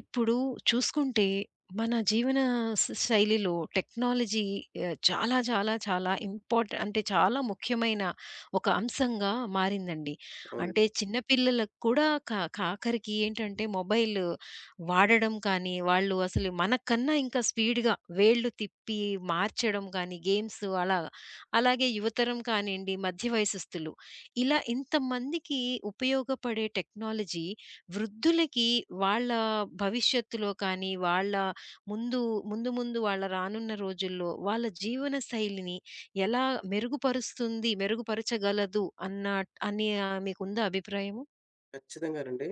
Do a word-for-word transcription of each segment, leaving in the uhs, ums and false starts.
ఇప్పుడు చూసుకుంటే మన జీవన శ శైలిలో టెక్నాలజీ ఆహ్, చాలా, చాలా, చాలా ఇంపార్టె అంటే చాలా ముఖ్యమైన ఒక అంశంగా మారిందండి. అవునండి. అంటే చిన్న పిల్లలకు కూడా కా కాఖరికి ఏంటంటే మొబైల్ వాడడం కానీ, వాళ్ళు అసలు మనకన్నా ఇంకా స్పీడ్‌గా వేళ్ళు తిప్పి మార్చడం కానీ, గేమ్స్ అలా. అలాగే యువతరం కానియండి, మధ్య వయస్సుస్తులు ఇలా ఇంతమందికి ఉపయోగపడే టెక్నాలజీ వృద్ధులకి వాళ్ళ భవిష్యత్తులో కానీ, వాళ్ళ ముందు, ముందు ముందు వాళ్ళ రానున్న రోజుల్లో వాళ్ళ జీవన శైలిని ఎలా మెరుగుపరుస్తుంది, మెరుగుపరచగలదు అన్న అని ఆహ్, మీకుందా అభిప్రాయము? ఖచ్చితంగానండి.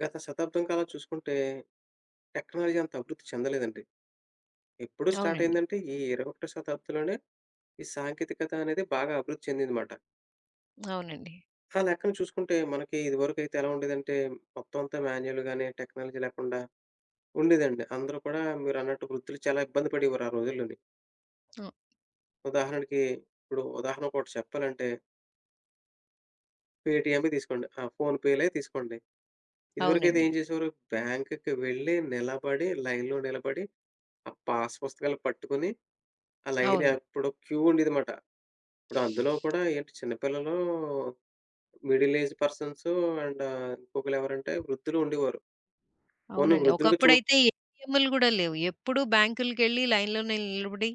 గత శతాబ్దం కాలం చూసుకుంటే టెక్నాలజీ అంత అభివృద్ధి చెందలేదండి. ఎప్పుడు స్టార్ట్ అవునండి. అయిందంటే ఈ ఇరవై ఒకటవ శతాబ్దంలోనే ఈ సాంకేతికత అనేది బాగా అభివృద్ధి చెందిందిమాట. అవునండి. ఆ లెక్కన చూసుకుంటే మనకి ఇదివరకైతే ఎలా ఉండేదంటే మొత్తం అంతా మాన్యుయల్ గాని, టెక్నాలజీ లేకుండా ఉండేదండి. అందరూ కూడా మీరన్నట్టు వృత్తులు చాలా ఇబ్బంది పడేవారు ఆ రోజుల్లోని. హ్మ్. ఉదాహరణకి ఇప్పుడు ఉదాహరణ ఒకటి చెప్పాలంటే పేటీఎమే తీసుకోండి. ఆ! ఫోన్‌పేలే తీసుకోండి. ఇదివరకైతే అవునండి. ఏం చేసేవారు? బ్యాంక్‌కి వెళ్లి నిలబడి లైన్‌లో నిలబడి ఆ పాస్ పుస్తకాలు పట్టుకొని, ఆ లైన్ అవును. ఎప్పుడు క్యూ ఉండేదిమాట. ఇప్పుడు అందులో కూడా ఏంటి? చిన్న పిల్లలు, మిడిల్ ఏజ్ పర్సన్స్ అండ్ ఇంకొకళ్ళు ఎవరంటే వృద్ధులు ఉండేవారు. పోనీ అవునండి. వృద్ధులకు చూ ఒకప్పుడైతే ఏటీఎంలు గూడా లేవు. ఎప్పుడూ బ్యాంకులకెళ్ళి లైన్‌లోనే నిలబడి,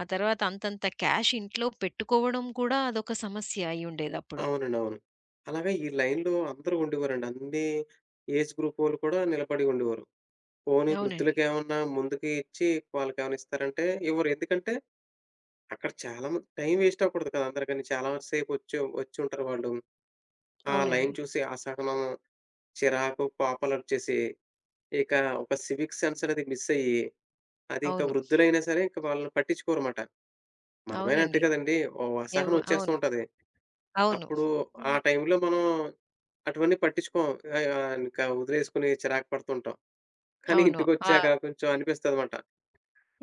ఆ తర్వాత అంతంత క్యాష్ ఇంట్లో పెట్టుకోవడం కూడా అదొక సమస్య అయ్యుండేదప్పుడు. అవునండి. అవును. అలాగే ఈ లైన్‌లో అందరూ ఉండేవారండి. అన్ని ఏజ్ గ్రూప్ వోళ్ళు కూడా నిలబడి ఉండేవారు. పోనీ అవునండి. వృద్ధులకేమన్నా ముందుకి ఇచ్చి వాళ్ళకేమన్నా ఇస్తారంటే ఇవ్వరు. ఎందుకంటే అక్కడ చాలా మంది టైం వేస్ట్ అవ్వకూడదు కదా! అందరికని చాలా సేపు వచ్చి వచ్చుంటారు వాళ్ళు. ఆ లైన్ అవునండి. చూసి అసహనం, చిరాకు, కోపాలొచ్చేసి ఇక ఒక సివిక్ సెన్స్ అనేది మిస్సయ్యి, అది ఇంకా అవును. వృద్ధులైనా సరే ఇంక వాళ్ళని పట్టించుకోరమాట. మనమైనా అంతే అవునండి. కదండీ! ఓ ఎవ్ అసహనం వచ్చేస్తూ అవును. ఉంటది. అవును. అప్పుడు హ్మ్. ఆ టైంలో మనం అటువన్నీ పట్టించుకోం. ఆహ్, ఆహ్, ఇంకా వదిలేసుకొని చిరాకు పడుతుంటాం. కానీ అవును. ఆ! ఇంటికొచ్చాక కొంచెం అనిపిస్తదనమాట.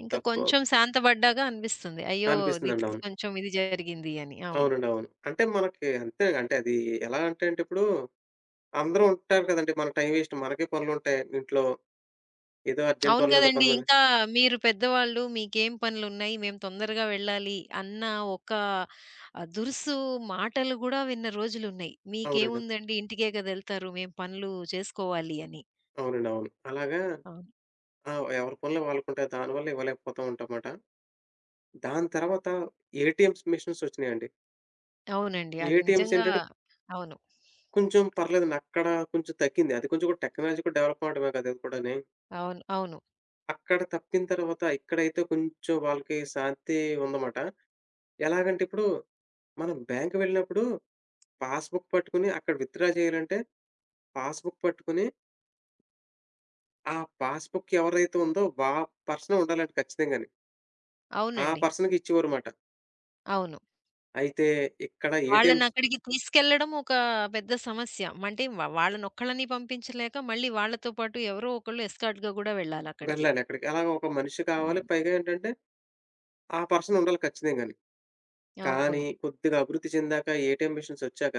ఇంక తప్పు కొంచెం శాంతపడ్డాక అనిపిస్తుంది. అయ్యో! ఇది అనిపిస్తుందండి. అవును. కొంచెం ఇది జరిగింది అని. అవును. అవునండి. అవును. అంటే మనకి అంతే అంటే అది ఎలా అంటే అండి ఇప్పుడు అందరూ ఉంటారు కదండీ! మన టైం వేస్ట్ మనకే పనులుంటాయి ఇంట్లో. ఏదో అర్జెంట్ అవును పనులుండవు కదండీ. కొంతమంది. ఇంకా మీరు పెద్దవాళ్ళు మీకేం పనులున్నాయి, మేము తొందరగా వెళ్ళాలి అన్న ఒక ఆహ్, దురుసు మాటలు గూడా విన్న రోజులున్నాయి. అవునండి. మీకేముందండి ఇంటికే కదా! ఎళ్తారు. మేము పనులు చేసుకోవాలి అని. అవునండి. అవును. అలాగా అవును. ఆ! ఎవరి పనులు వాళ్ళకుంటాయి. దానివల్ల ఇవ్వలేకపోతూ ఉంటామాట. దాని తర్వాత ఏటీఎమ్స్ మిషన్స్ వచ్చినాయండి. అవునండి. అది ఏటీఎమ్స్ నిజంగా ఏంటంటే అవును. కొంచెం పర్లేదండి. అక్కడ కొంచెం తగ్గింది. అది కొంచెం కూడా టెక్నాలజీ కూడా డెవలప్ అవ్వడమే కదా! అది కూడాని. అవును. అవును. అక్కడ తప్పిన తర్వాత ఇక్కడైతే కొంచెం వాళ్ళకి శాంతి ఉందమాట. ఎలాగంటే ఇప్పుడు మనం బ్యాంక్ వెళ్ళినప్పుడు పాస్‌బుక్ పట్టుకొని అక్కడ విత్‌డ్రా చేయాలంటే పాస్‌బుక్ పట్టుకొని ఆ పాస్‌బుక్ ఎవరైతే ఉందో వా పర్సనే ఉండాలండి ఖచ్చితంగాని. ఆ అవునండి. పర్సన్‌కి ఇచ్చేవారుమాట. అవును. అయితే ఇక్కడ ఏటీఎమ్స్ వాళ్ళనక్కడికి తీసుకెళ్లడం ఒక పెద్ద సమస్య. అంటే వ వాళ్ళనొక్కళ్ళని పంపించలేక మళ్ళీ వాళ్ళతో పాటు ఎవరో ఒకళ్ళు ఎస్కార్ట్‌గా గూడా వెళ్ళాలక్కడికి. వెళ్ళాలి అక్కడికి. అలాగ ఒక మనిషి కావాలి. అవును. పైగా ఏంటంటే, ఆ పర్సన్ ఉండాలి ఖచ్చితంగాని. కానీ అవును. కొద్దిగా అభివృద్ధి చెందాక ఏటీఎం మిషన్స్ వచ్చాక,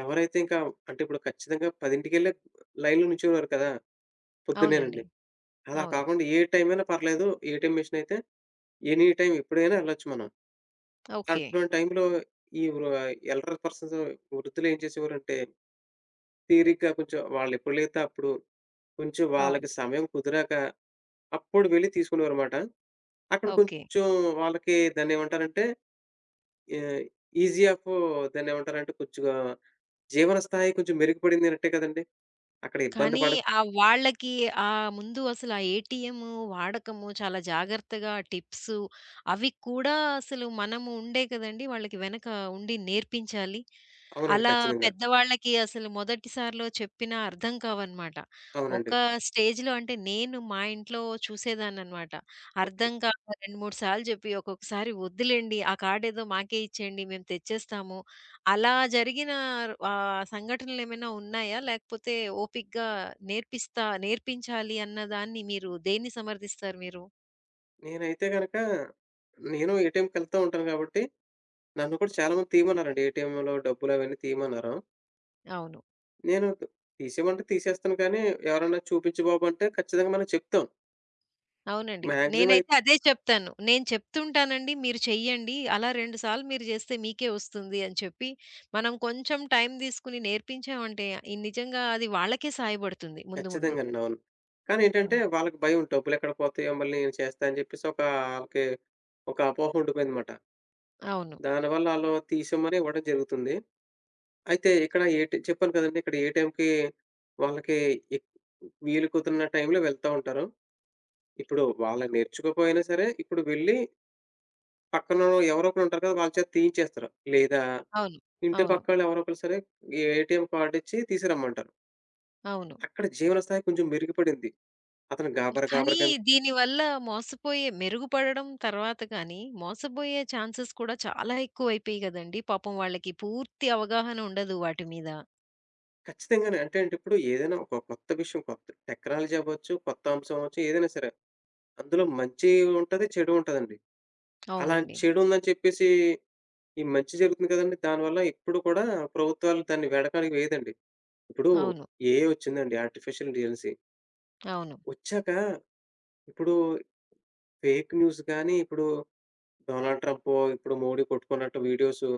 ఎవరైతే ఇంకా అంటే ఇప్పుడు ఖచ్చితంగా పదికే లైన్‌లో నిల్చునేవారు కదా! అవునండి. పొద్దున్నేనండి. అలా అవును. కాకుండా ఏ టైం అయినా పర్లేదు. ఏటీఎం మిషన్ అయితే ఎనీ టైమ్ ఎప్పుడైనా వెళ్ళొచ్చు మనం. ఓకే. అటువంటి టైంలో ఈ వృ ఎల్డర్ పర్సన్స్ వృద్ధులు ఏం చేసేవారంటే, తీరిగ్గా కొంచెం వాళ్ళెప్పుడు లేతే అప్పుడు, కొంచెం అవును. వాళ్ళకి సమయం కుదిరాక అప్పుడు వెళ్లి తీసుకునేవారమాట. అక్కడ ఓకే. కొంచెం వాళ్ళకి దాన్నేమంటారంటే, ఆహ్, ఈజీ ఆఫ్ దాన్నేమంటారంటే కొద్దిగా జీవన స్థాయి కొంచెం మెరుగుపడిందన్నట్టే కదండీ! అక్కడ ఇబ్బంది కానీ పడ ఆ వాళ్ళకి ఆహ్, ముందు అసలు ఆ ఏటీఎం వాడకము చాలా జాగ్రత్తగా టిప్స్ అవి కూడా అసలు మనము ఉండే కదండీ! వాళ్ళకి వెనక ఉండి నేర్పించాలి. అవునండి. అలా ఖచ్చితంగా. పెద్దవాళ్ళకి అసలు మొదటిసారిలో చెప్పినా అర్థం కావనమాట. ఒక అవునండి. స్టేజ్‌లో అంటే నేను మా ఇంట్లో చూసేదాన్ననమాట. ఓకే. అర్థం కాక రెండు, మూడు సార్లు చెప్పి ఒక్కొక్కసారి వద్దులేండి ఆ కార్డేదో మాకే ఇచ్చేయండి మేము తెచ్చేస్తాము. అలా జరిగిన ఆహ్, సంఘటనలేమైనా ఉన్నాయా? లేకపోతే ఓపికగా నేర్పిస్తా నేర్పించాలి అన్న దాన్ని మీరు దేన్ని సమర్థిస్తారు మీరు? నేనైతే గనక నేను ఏటీఎంకెళ్తా ఉంటాను కాబట్టి, నన్ను కూడా చాలామంది తీయమన్నారండి. ఏటీఎంలో డబ్బులవన్నీ తీయమన్నారు. అవును. నేను తీసేయమంటే తీసేస్తాను కానీ, ఎవరన్నా చూపించు బాబు అంటే ఖచ్చితంగా మనం చెప్తాం. అవునండి. మాక్సిమం నేనైతే అదే చెప్తాను. నేను చెప్తుంటానండి మీరు చెయ్యండి. అలా రెండు సార్లు మీరు చేస్తే మీకే వస్తుంది అని చెప్పి, మనం కొంచెం టైం తీసుకొని నేర్పించామంటే ఈ నిజంగా అది వాళ్ళకే సహాయపడుతుంది ముందు ముందు. ఖచ్చితంగానండి. అవును. కానీ ఏంటంటే అవును. వాళ్ళకి భయం డబ్బులెక్కడ పోతాయో, మళ్ళీ నేను చేస్తా అని చెప్పేసి ఒక ఆళ్ళకి ఒక అపోహ ఉండిపోయిందన్నమాట. అవును. దానివల్ల ఆళ్ళు తీసిమ్మని ఇవ్వడం జరుగుతుంది. అయితే ఇక్కడ ఏటి చెప్పాను కదండీ! ఇక్కడ ఏ టైంకి వాళ్ళకి ఎక్ వీలు కుదిరిన టైంలో వెళ్తా ఉంటారు. ఇప్పుడు వాళ్ళు నేర్చుకోకపోయినా సరే, ఇప్పుడు వెళ్లి పక్కన ఎవరో ఒకరు ఉంటారు కదా! వాళ్ళ చేత తీయించేస్తారు. లేదా అవును. ఇంటి అవును. పక్కోళ్ళు ఎవరో ఒకళ్ళు సరే ఏటీఎం కార్డ్ ఇచ్చి తీసుకురమ్మంటారు. అవును. అక్కడ జీవన స్థాయి కొంచెం మెరుగుపడింది. అతను గాబరా కానీ గాబరా కింద దీనివల్ల మోసపోయే మెరుగుపడడం తర్వాత కానీ, మోసపోయే ఛాన్సెస్ కూడా చాలా ఎక్కువైపోయాయి గదండీ! పాపం వాళ్ళకి పూర్తి అవగాహన ఉండదు వాటి మీద. ఖచ్చితంగానే. అంటే అంటే ఇప్పుడు ఏదైనా ఒక కొత్త విషయం కొత్త టెక్నాలజీ అవ్వచ్చు, కొత్త అంశం అవ్వచ్చు ఏదైనా సరే. అందులో మంచి ఉంటది, చెడు ఉంటదండి. అలా అవునండి. చెడు ఉందని చెప్పేసి ఈ మంచి జరుగుతుంది కదండీ! దానివల్ల ఎప్పుడు కూడా ప్రభుత్వాలు దాన్ని వెడకానికి వేయదండి. ఇప్పుడు అవును. ఏఐ వచ్చిందండి ఆర్టిఫిషియల్ ఇంటెలిజెన్సీ. అవును. వచ్చాక ఇప్పుడు ఫేక్ న్యూస్ గాని, ఇప్పుడు డొనాల్డ్ ట్రంప్, ఇప్పుడు మోడీ కొట్టుకున్నట్టు వీడియోసు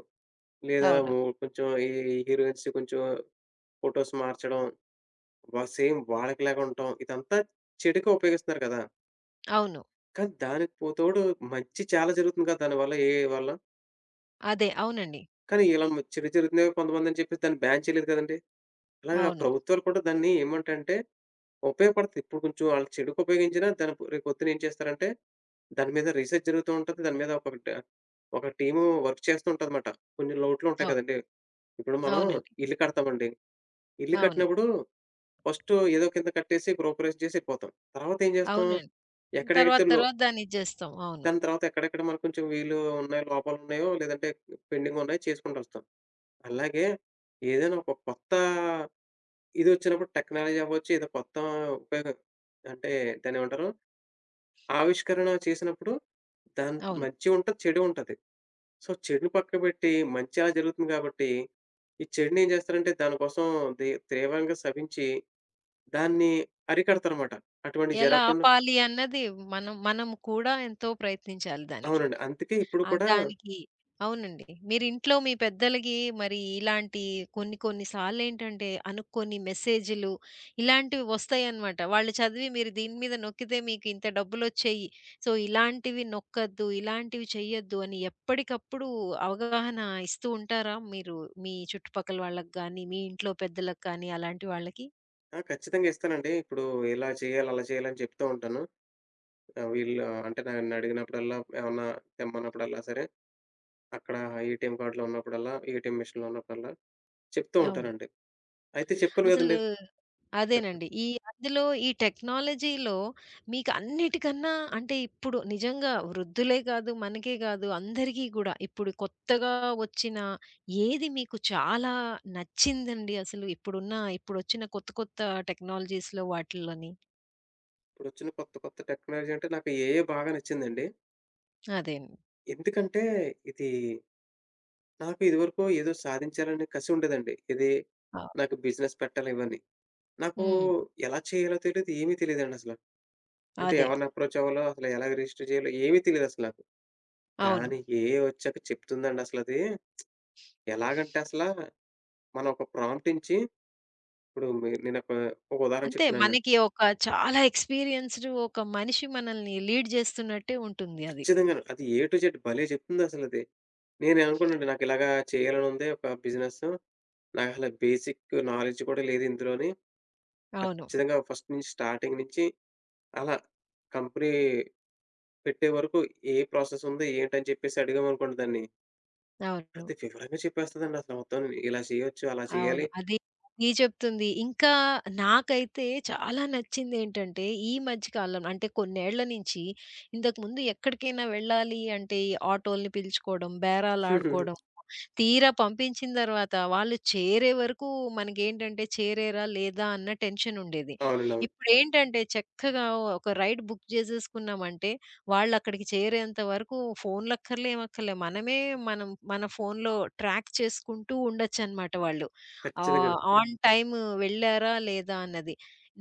లేదా అవును. మో కొంచెం ఈ హీరోయిన్స్ కొంచెం ఫోటోస్ మార్చడం వ సేమ్ వాళ్ళకిలాగా ఉంటాం. ఇదంతా చెడుకే ఉపయోగిస్తున్నారు కదా! అవును. కానీ దానికి పో తోడు మంచి చాలా జరుగుతుంది కదా! దానివల్ల ఏఐ వల్ల. అదే. అవునండి. కానీ ఇలా మ చెడు జరుగుతున్నాయి కొంతమందని చెప్పేసి దాన్ని బ్యాన్ చేయలేదు కదండీ! అలాగా అవును. ప్రభుత్వాలు కూడా దాన్ని ఏమంటంటే ఉపయోగపడుతుంది. ఇప్పుడు కొంచెం ఆళ్ళు చెడుకు ఉపయోగించినా దాని పు రేపొద్దున ఏం చేస్తారంటే దాని మీద రీసెర్చ్ జరుగుతూ ఉంటది. దాని మీద ఒక ట ఒక టీము వర్క్ చేస్తూ ఉంటదన్నమాట. కొన్ని లోటులుంటాయి అవు కదండీ! ఇప్పుడు మనం అవునండి. ఇల్లు కడతామండి. ఇల్లు అవును. కట్టినప్పుడు ఫస్టు ఏదో కింద కట్టేసి, బ్రోకరేజ్ చేసి ఎళ్ళిపోతాం. తర్వాతేం చేస్తాం, అవునండి. ఎక్కడైతే తర్వాత లో తర్వాత దాన్నిచ్చేస్తాం. అవును. దాని తర్వాత ఎక్కడెక్కడ మనకు కొంచెం వీలు ఉన్నాయో, లోపాలున్నాయో లేదంటే పెండింగున్నాయో చేసుకుంటొస్తాం. అలాగే ఏదైనా ఒక కొత్త ఇదొచ్చినప్పుడు టెక్నాలజీ అవ్వచ్చు, ఏదో కొత్త ఉపయోగం అంటే దాన్నేమంటారు? ఆవిష్కరణ చేసినప్పుడు దాని అవును. మంచి ఉంటది, చెడు ఉంటది. సో, చెడుని పక్కబెట్టి మంచి అలా జరుగుతుంది కాబట్టి, ఈ చెడుని ఏం చేస్తారంటే దానికోసం దే తీవ్రంగా సవించి దాన్ని అరికడతారనమాట. అటువంటివి ఎలా జరగకుండా ఆపాలి అన్నది మనం మనం కూడా ఎంతో ప్రయత్నించాలి దానికి. అవునండి. అందుకే ఇప్పుడు ఆ! కూడా దానికి అవునండి. మీరింట్లో మీ పెద్దలకి మరి ఇలాంటి కొన్ని కొన్ని సార్లేంటంటే అనుకోని మెసేజులు ఇలాంటివి వస్తాయన్నమాట. వాళ్ళు చదివి మీరు దీని మీద నొక్కితే మీకు ఇంత డబ్బులొచ్చేయి. సో, ఇలాంటివి నొక్కద్దు, ఇలాంటివి చెయ్యొద్దు అని ఎప్పటికప్పుడు అవగాహన ఇస్తూ ఉంటారా మీరు మీ చుట్టుపక్కల వాళ్ళకి గానీ, మీ ఇంట్లో పెద్దలకు కానీ అలాంటి వాళ్ళకి? ఆ! ఖచ్చితంగా ఇస్తానండి. ఇప్పుడు ఇలా చేయాలి, అలా చేయాలి అని చెప్తూ ఉంటాను. ఆహ్, వీళ్ళు అంటే నన్నడిగినప్పుడల్లా ఏమన్నా తెమ్మన్నప్పుడల్లా సరే, అక్కడ ఏటీఎం కార్డ్‌లో ఉన్నప్పుడల్లా, ఏటీఎం మిషన్‌లో ఉన్నప్పుడల్లా చెప్తూ అవును. ఉంటానండి. అయితే చెప్పాను అసలు కదండీ! చెప్పండి. అదేనండి. ఈ అందులో ఈ టెక్నాలజీలో మీకు అన్నిటికన్నా అంటే ఇప్పుడు నిజంగా వృద్ధులే కాదు, మనకే కాదు అందరికీ గూడా ఇప్పుడు కొత్తగా వచ్చిన ఏది మీకు చాలా నచ్చిందండి అసలు? ఇప్పుడున్న ఇప్పుడొచ్చిన కొత్త కొత్త టెక్నాలజీస్‌లో వాటిల్లోని? ఇప్పుడొచ్చిన కొత్త కొత్త టెక్నాలజీ అంటే నాకు ఏఐ బాగా నచ్చిందండి. అదే అండి. ఎందుకంటే ఇది నాకు ఇదివరకు ఏదో సాధించాలనే కసి ఉండేదండి. ఇది ఆ! నాకు బిజినెస్ పెట్టాలి ఇవన్నీ. నాకు హ్మ్. ఎలా చేయాలో తెలీదు, ఏమీ తెలీదండి అసల. అంటే అదే. ఎవరిని అప్రోచ్ అవ్వాలో, అసలు ఎలాగ రిజిస్టర్ చేయాలో ఏమీ తెలీదసల నాకు. అవును. కానీ ఏఐ వచ్చాక చెప్తుందండి అసలది. ఎలాగంటే అసల మనం ఒక ప్రాంప్ట్ ఇచ్చి ఇప్పుడు మీ నేనొక ఒక ఒక ఉదాహరణ అంతే చెప్తున్నాను. మనకి ఒక చాలా ఎక్స్‌పీరియన్స్‌డ్ ఒక మనిషి మనల్ని లీడ్ చేస్తున్నట్టే ఉంటుంది అది. ఖచ్చితంగాను అది ఏ టు జెడ్ భలే చెప్తుందసలది. నేననుకున్నానండి నాకు ఇలాగా చేయాలనుంది ఒక బిజినెస్ నాకసల బేసిక్ నాలెడ్జ్ కూడా లేదు ఇందులోని. అవును. ఖచ్చితంగా ఫస్ట్ నుంచి స్టార్టింగ్ నుంచి అలా కంపెనీ పెట్టే వరకు ఏ ప్రాసెస్ ఉంది, ఏంటని చెప్పేసి అడిగామనుకోండి దాన్ని, అవును. అది వివరంగా చెప్పేస్తదండి అసలు మొత్తాన్ని. ఇలా చేయొచ్చు, అలా చేయాలి. అవును. అది, ఇది చెప్తుంది. ఇంకా నాకైతే చాలా నచ్చిందేంటంటే, ఈ మధ్య కాలం అంటే కొన్నేళ్ల నుంచి, ఇంతకుముందు ఎక్కడికైనా వెళ్ళాలి అంటే ఈ ఆటోల్ని పిలుచుకోవడం, బేరాలాడుకోవడం, తీరా పంపించిన తర్వాత వాళ్ళు చేరే వరకు మనకేంటంటే చేరేరా లేదా అన్న టెన్షన్ ఉండేది. అవునండి. అవును. ఇప్పుడేంటంటే చక్కగా ఒక రైడ్ బుక్ చేసేసుకున్నామంటే, వాళ్ళక్కడికి చేరేంత వరకు ఫోన్లక్కర్లే ఏమక్కర్లే. మనమే మనం మన ఫోన్‌లో ట్రాక్ చేసుకుంటూ ఉండొచ్చనమాట వాళ్ళు. ఆహ్, ఖచ్చితంగానండి. ఆన్ టైమ్ వెళ్లారా లేదా అన్నది.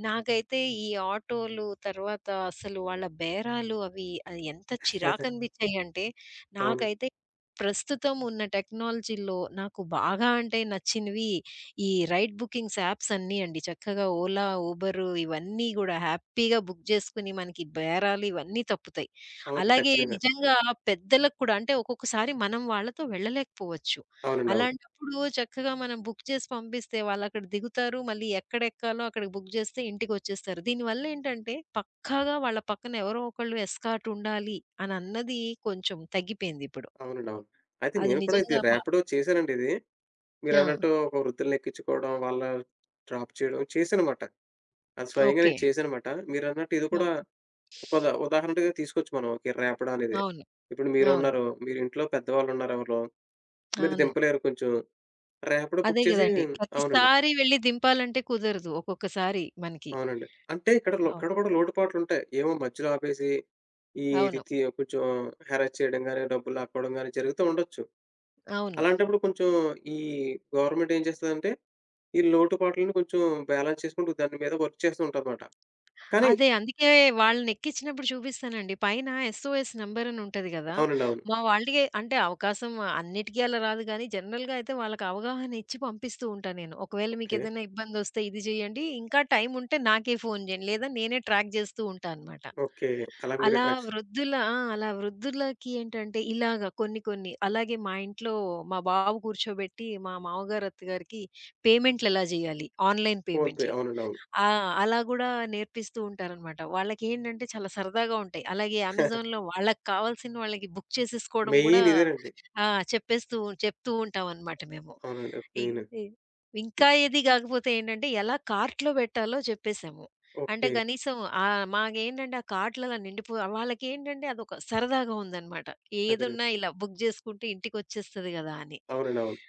నాకైతే ఈ ఆటోలు తర్వాత అసలు వాళ్ళ బేరాలు అవి అది ఎంత అవునండి. చిరాకనిపించాయంటే, అవును. నాకైతే ప్రస్తుతం ఉన్న టెక్నాలజీలో నాకు బాగా అంటే నచ్చినవి ఈ రైడ్ బుకింగ్స్ యాప్స్ అన్నీ అండి. చక్కగా ఓలా, ఉబరు ఇవన్నీ గూడా హ్యాపీగా బుక్ చేసుకొని మనకి బేరాలు ఇవన్నీ తప్పుతాయి. అవును, అలాగే ఖచ్చితంగా. నిజంగా పెద్దలకు కూడా అంటే ఒక్కొక్కసారి మనం వాళ్ళతో వెళ్ళలేకపోవచ్చు. అవునండి. అవును. అలాంటప్పుడు చక్కగా మనం బుక్ చేసి పంపిస్తే వాళ్ళక్కడ దిగుతారు. మళ్ళీ ఎక్కడెక్కాలో అక్కడికి బుక్ చేస్తే ఇంటికొచ్చేస్తారు. దీనివల్లేంటంటే పక్కాగా వాళ్ళ పక్కన ఎవరో ఒకళ్ళు ఎస్కార్ట్ ఉండాలి అనన్నది కొంచెం తగ్గిపోయిందిప్పుడు. అవునండి. అవును. అయితే అది నేను కూడా ఇది నిజంగా బ ర్యాపిడో చేశానండి ఇది. ఆ! మీరన్నట్టు ఒక వృద్ధుల్ని ఎక్కించుకోవడం, వాళ్ళ డ్రాప్ చేయడం చేశానమాట. అది స్వయంగా ఓకే. నేను చేశానమాట. మీరన్నట్టు ఇది కూడా ఓకే. ఒక ఉదా ఉదాహరణగా తీసుకోవచ్చు మనం. ఓకే. రేపడం అనేది. అవును. ఇప్పుడు అవును. మీరున్నారు. మీరు ఇంట్లో పెద్దవాళ్ళున్నారు ఎవరో. మీరు అవును. దింపలేరు కొంచెం. ర్యాపిడో అదే బుక్ చేసి గదండీ! అవునండి. ప్రతిసారి వెళ్లి దింపాలంటే కుదరదు ఒక్కొక్కసారి మనకి. అవునండి. అంటే ఇక్కడ లో అవును. ఇక్కడ కూడా లోటుపాట్లుంటాయి. ఏమో మధ్యలో ఆపేసి ఈ ఇది అవును. తి కొంచెం హెరాస్ చేయడం గాని, డబ్బులు లాక్కోవడం గాని జరుగుతూ ఉండొచ్చు. అవును. అలాంటప్పుడు కొంచెం ఈ గవర్నమెంట్ ఏం చేస్తదంటే, ఈ లోటుపాట్లను కొంచెం బ్యాలెన్స్ చేసుకుంటూ దాని మీద వర్క్ చేస్తూ ఉంటదన్నమాట. కానీ అదే. అందుకే వాళ్ళనెక్కిచ్చినప్పుడు చూపిస్తానండి. పైన ఎస్ఓఎస్ నంబర్ అని ఉంటది గదా! అవునండి. అవును. మా వాళ్ళకి అంటే అవకాశం అన్నిటికి అలా రాదు గానీ, జనరల్‌గా అయితే వాళ్ళకి అవగాహన ఇచ్చి పంపిస్తూ ఉంటా నేను. ఒకవేళ ఓకే. మీకేదైనా ఇబ్బందొస్తే ఇది జేయండి. ఇంకా టైముంటే నాకే ఫోను జేయండి. లేదా నేనే ట్రాక్ జేస్తూ ఉంటా అనమాట. ఓకే. అలా మీరు అలా ట్రక్స్ వృద్ధుల ఆ! అలా వృద్ధులకి ఏంటంటే ఇలాగ కొన్ని కొన్ని అలాగే మా ఇంట్లో మా బాబు కూర్చోబెట్టి మా మామగారు, అత్తగారికి పేమెంట్‌లెలా జేయాలి? ఆన్‌లైన్ ఫోన్‌పే పేమెంట్‌లు. అవునండి. అవును. ఆ! అలా గూడా నేర్పిస్తూ ఉంటారనమాట. వాళ్ళకేంటంటే చాలా సరదాగా ఉంటాయి. అలాగే అమెజాన్‌లో వాళ్ళకి కావాల్సిన వాళ్ళకి బుక్ చేసేసుకోవడం గూడా మెయిన్ ఇదేనండి. ఆ! చెప్పేస్తూ చెప్తూ ఉంటామనమాట మేము. అవునండి. ఇ మెయిన్. ఇ ఇంకా ఏది గాకపోతే ఏంటంటే ఎలా కార్ట్‌లో పెట్టాలో చెప్పేసాము. అంటే ఓకే. కనీసం ఆహ్, మాకేంటంటే ఆ కార్ట్‌లు అలా నిండిపో వాళ్ళకేంటంటే అదొక సరదాగా ఉందనమాట. అదేనండి. ఏదున్నా ఇలా బుక్ జేసుకుంటే ఇంటికొచ్చేస్తది గదా! అని. అవునండి. అవును.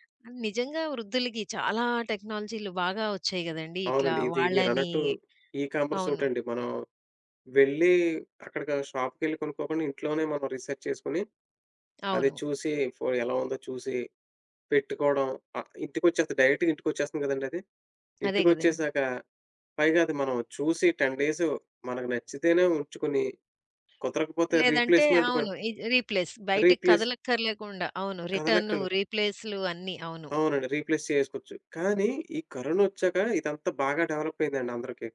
నిజంగా వృద్ధులకి చాలా టెక్నాలజీలు బాగా వచ్చాయి గదండీ! ఇట్లా అవునండి. ఇది వాళ్ళని మీరన్నట్టు ఈ కామర్స్ అవును. ఒకటండి. మనం వెళ్ళి అక్కడికి షాప్‌కెళ్ళి కొనుక్కోకుండా ఇంట్లోనే మనం రీసెర్చ్ చేసుకొని, అది అవును. చూసి ఫో ఎలా ఉందో చూసి పెట్టుకోవడం. ఆహ్, ఇంటికొచ్చేస్తది. డైరెక్ట్‌గా ఇంటికొచ్చేస్తుంది కదండీ అది. అదే గదండీ! ఇంటికొచ్చేసాక పైగా అది మనం చూసి పది డేస్ మనకు నచ్చితేనే ఉంచుకొని, కుదరకపోతే లేదంటే రీప్లేస్‌మెంట్ కూడా అవును. ఇ రీప్లేస్ బయటకి రీప్లేస్ కదలక్కర్లేకుండా అవును. రిటర్ను, కదలెక్కలు రీప్లేస్‌లు అన్నీ. అవును. అవునండి. రీప్లేస్ చేసుకోవచ్చు. కానీ ఈ కరోనొచ్చాక ఇదంతా బాగా డెవలప్ అయిందండి అందరికి.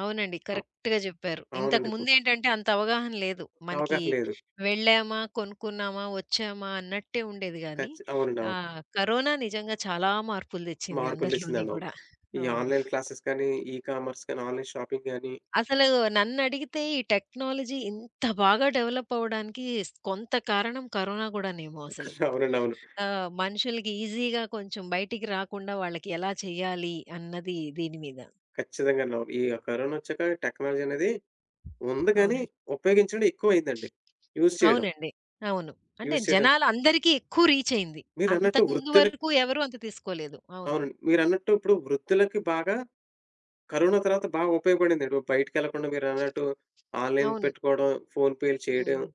అవునండి. అవ్ కరెక్ట్‌గా జెప్పారు. ఇంతకు అవునండి. ఇప్పుడు ముందేంటంటే అంత అవగాహన లేదు. మనకి అవగాహన లేదు. వెళ్ళామా, కొనుక్కున్నామా, వచ్చామా అన్నట్టే ఉండేది గానీ, ఖచ్చి అవునండి. అవును. ఆహ్, కరోనా నిజంగా చాలా మార్పులు దెచ్చింది మార్పులు అందరిలోని తెచ్చిందండి. అవును. గూడా. ఈ అవును. ఆన్‌లైన్ క్లాసెస్ కానీ, ఈ కామర్స్ కానీ, ఆన్‌లైన్ షాపింగ్ గాని అసలు నన్నడిగితే ఈ టెక్నాలజీ ఇంత బాగా డెవలప్ అవ్వడానికి స్ కొంత కారణం కరోనా గూడానేమో అసలు. అవునండి. అవును. ఆహ్, మనుషులకి ఈజీగా కొంచెం బయటికి రాకుండా వాళ్ళకి ఎలా చేయాలి అన్నది దీని మీద. ఖచ్చితంగానండి. అవును. ఈ కరోనా వచ్చాక టెక్నాలజీ అనేది ఉంది గానీ, అవునండి. ఉపయోగించడం ఎక్కువయిందండి. యూజ్ చేయడం. అవునండి. అవును. అంటే యూజ్ చేయడం. జనాలు అందరికీ ఎక్కువ రీచ్ అయింది. మీరన్నట్టు అంతకు ముందు వృద్ధులకి వరకు ఎవరు అంత తీసుకోలేదు. అవును. అవునండి. మీరన్నట్టు ఇప్పుడు వృద్ధులకి బాగా కరోనా తర్వాత బాగా ఉపయోగపడిందండి. బయటికెళ్ళకుండా మీరన్నట్టు ఆన్‌లైన్ అవును. పెట్టుకోవడం, ఫోన్ పేలు చేయడం హ్మ్.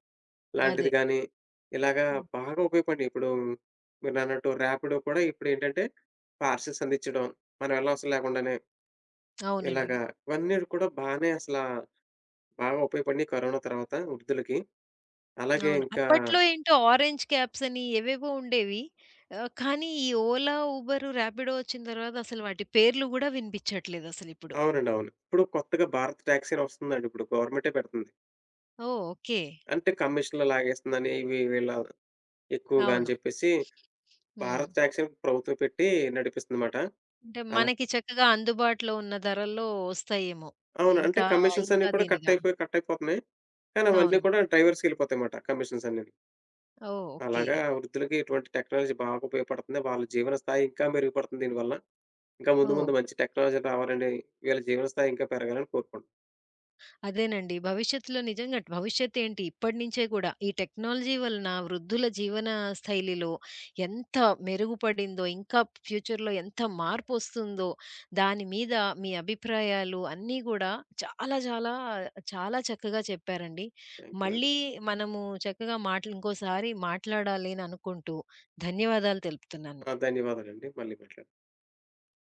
లాంటిది అదే. గానీ, ఇలాగా హ్మ్. బాగా ఉపయోగపడినియి. ఇప్పుడు మీరన్నట్టు ర్యాపిడో కూడా ఇప్పుడేంటంటే, పార్సిల్స్ అందిచ్చడం, మనం ఎళ్ళవసరం లేకుండానే అవునండి. ఇలాగా ఇవన్నీ కూడా బానే అసలా బాగా ఉపయోగపడినియి కరోనా తర్వాత వృద్ధులకి. అలాగే అవును. ఇంకా అప్పట్లో ఏంటో ఆరెంజ్ క్యాబ్స్ అని ఏవేవో ఉండేవి. ఆహ్, కానీ ఈ ఓలా, ఉబరు, ర్యాపిడో వచ్చిన తర్వాత అసలు వాటి పేర్లు గూడా వినిపించట్లేదు అసలిప్పుడు. అవునండి. అవును. ఇప్పుడు కొత్తగా భారత్ టాక్సీ అని వస్తుందండి ఇప్పుడు గవర్నమెంటే పెడుతుంది. ఓహ్! ఓకే. అంటే కమిషన్‌లు లాగేస్తుందని ఇవి వీళ్ళ ఎక్కువగా అని అవును. చెప్పేసి హ్మ్. భారత్ టాక్సీ అని ప్రభుత్వం పెట్టి నడిపిస్తుందమాట. అంటే అలా మనకి చక్కగా అందుబాటులో ఉన్న ధరల్లో వస్తాయేమో. అవును. అంటే ఇంకా, కమిషన్స్ అన్నీ ఇంకా కూడా కట్ దీనిగా. అయిపోయి, కట్ అయిపోతున్నాయి. కానీ అవన్నీ అవును. కూడా డ్రైవర్స్‌కెళ్ళిపోతాయన్నమాట కమిషన్స్ అన్నీని. ఓహ్! ఓకే. అలాగా వృద్ధులకి ఇటువంటి టెక్నాలజీ బాగా ఉపయోగపడుతుంది. వాళ్ళ జీవన స్థాయి ఇంకా మెరుగుపడుతుంది దీనివల్ల. ఇంకా ముందు ఓహ్! ముందు మంచి టెక్నాలజీ రావాలని, వీళ్ళ జీవన స్థాయి ఇంకా పెరగాలని కోరుకుంటున్నాను. అదేనండి. భవిష్యత్తులో నిజంగా భవిష్యత్తేంటి ఇప్పటినుంచే కూడా ఈ టెక్నాలజీ వలన వృద్ధుల జీవన శైలిలో ఎంత మెరుగుపడిందో, ఇంకా ఫ్యూచర్‌లో ఎంత మార్పొస్తుందో, దాని మీద మీ అభిప్రాయాలు అన్నీ గూడా చాలా చాలా చాలా చక్కగా చెప్పారండి. థాంక్ యూ అండి. మళ్ళీ మనము చక్కగా మాటలు ఇంకోసారి మాట్లాడాలి అని అనుకుంటూ ధన్యవాదాలు తెలుపుతున్నాను. ఆ! ధన్యవాదాలండి. మళ్ళీ మాట్లాడదాం.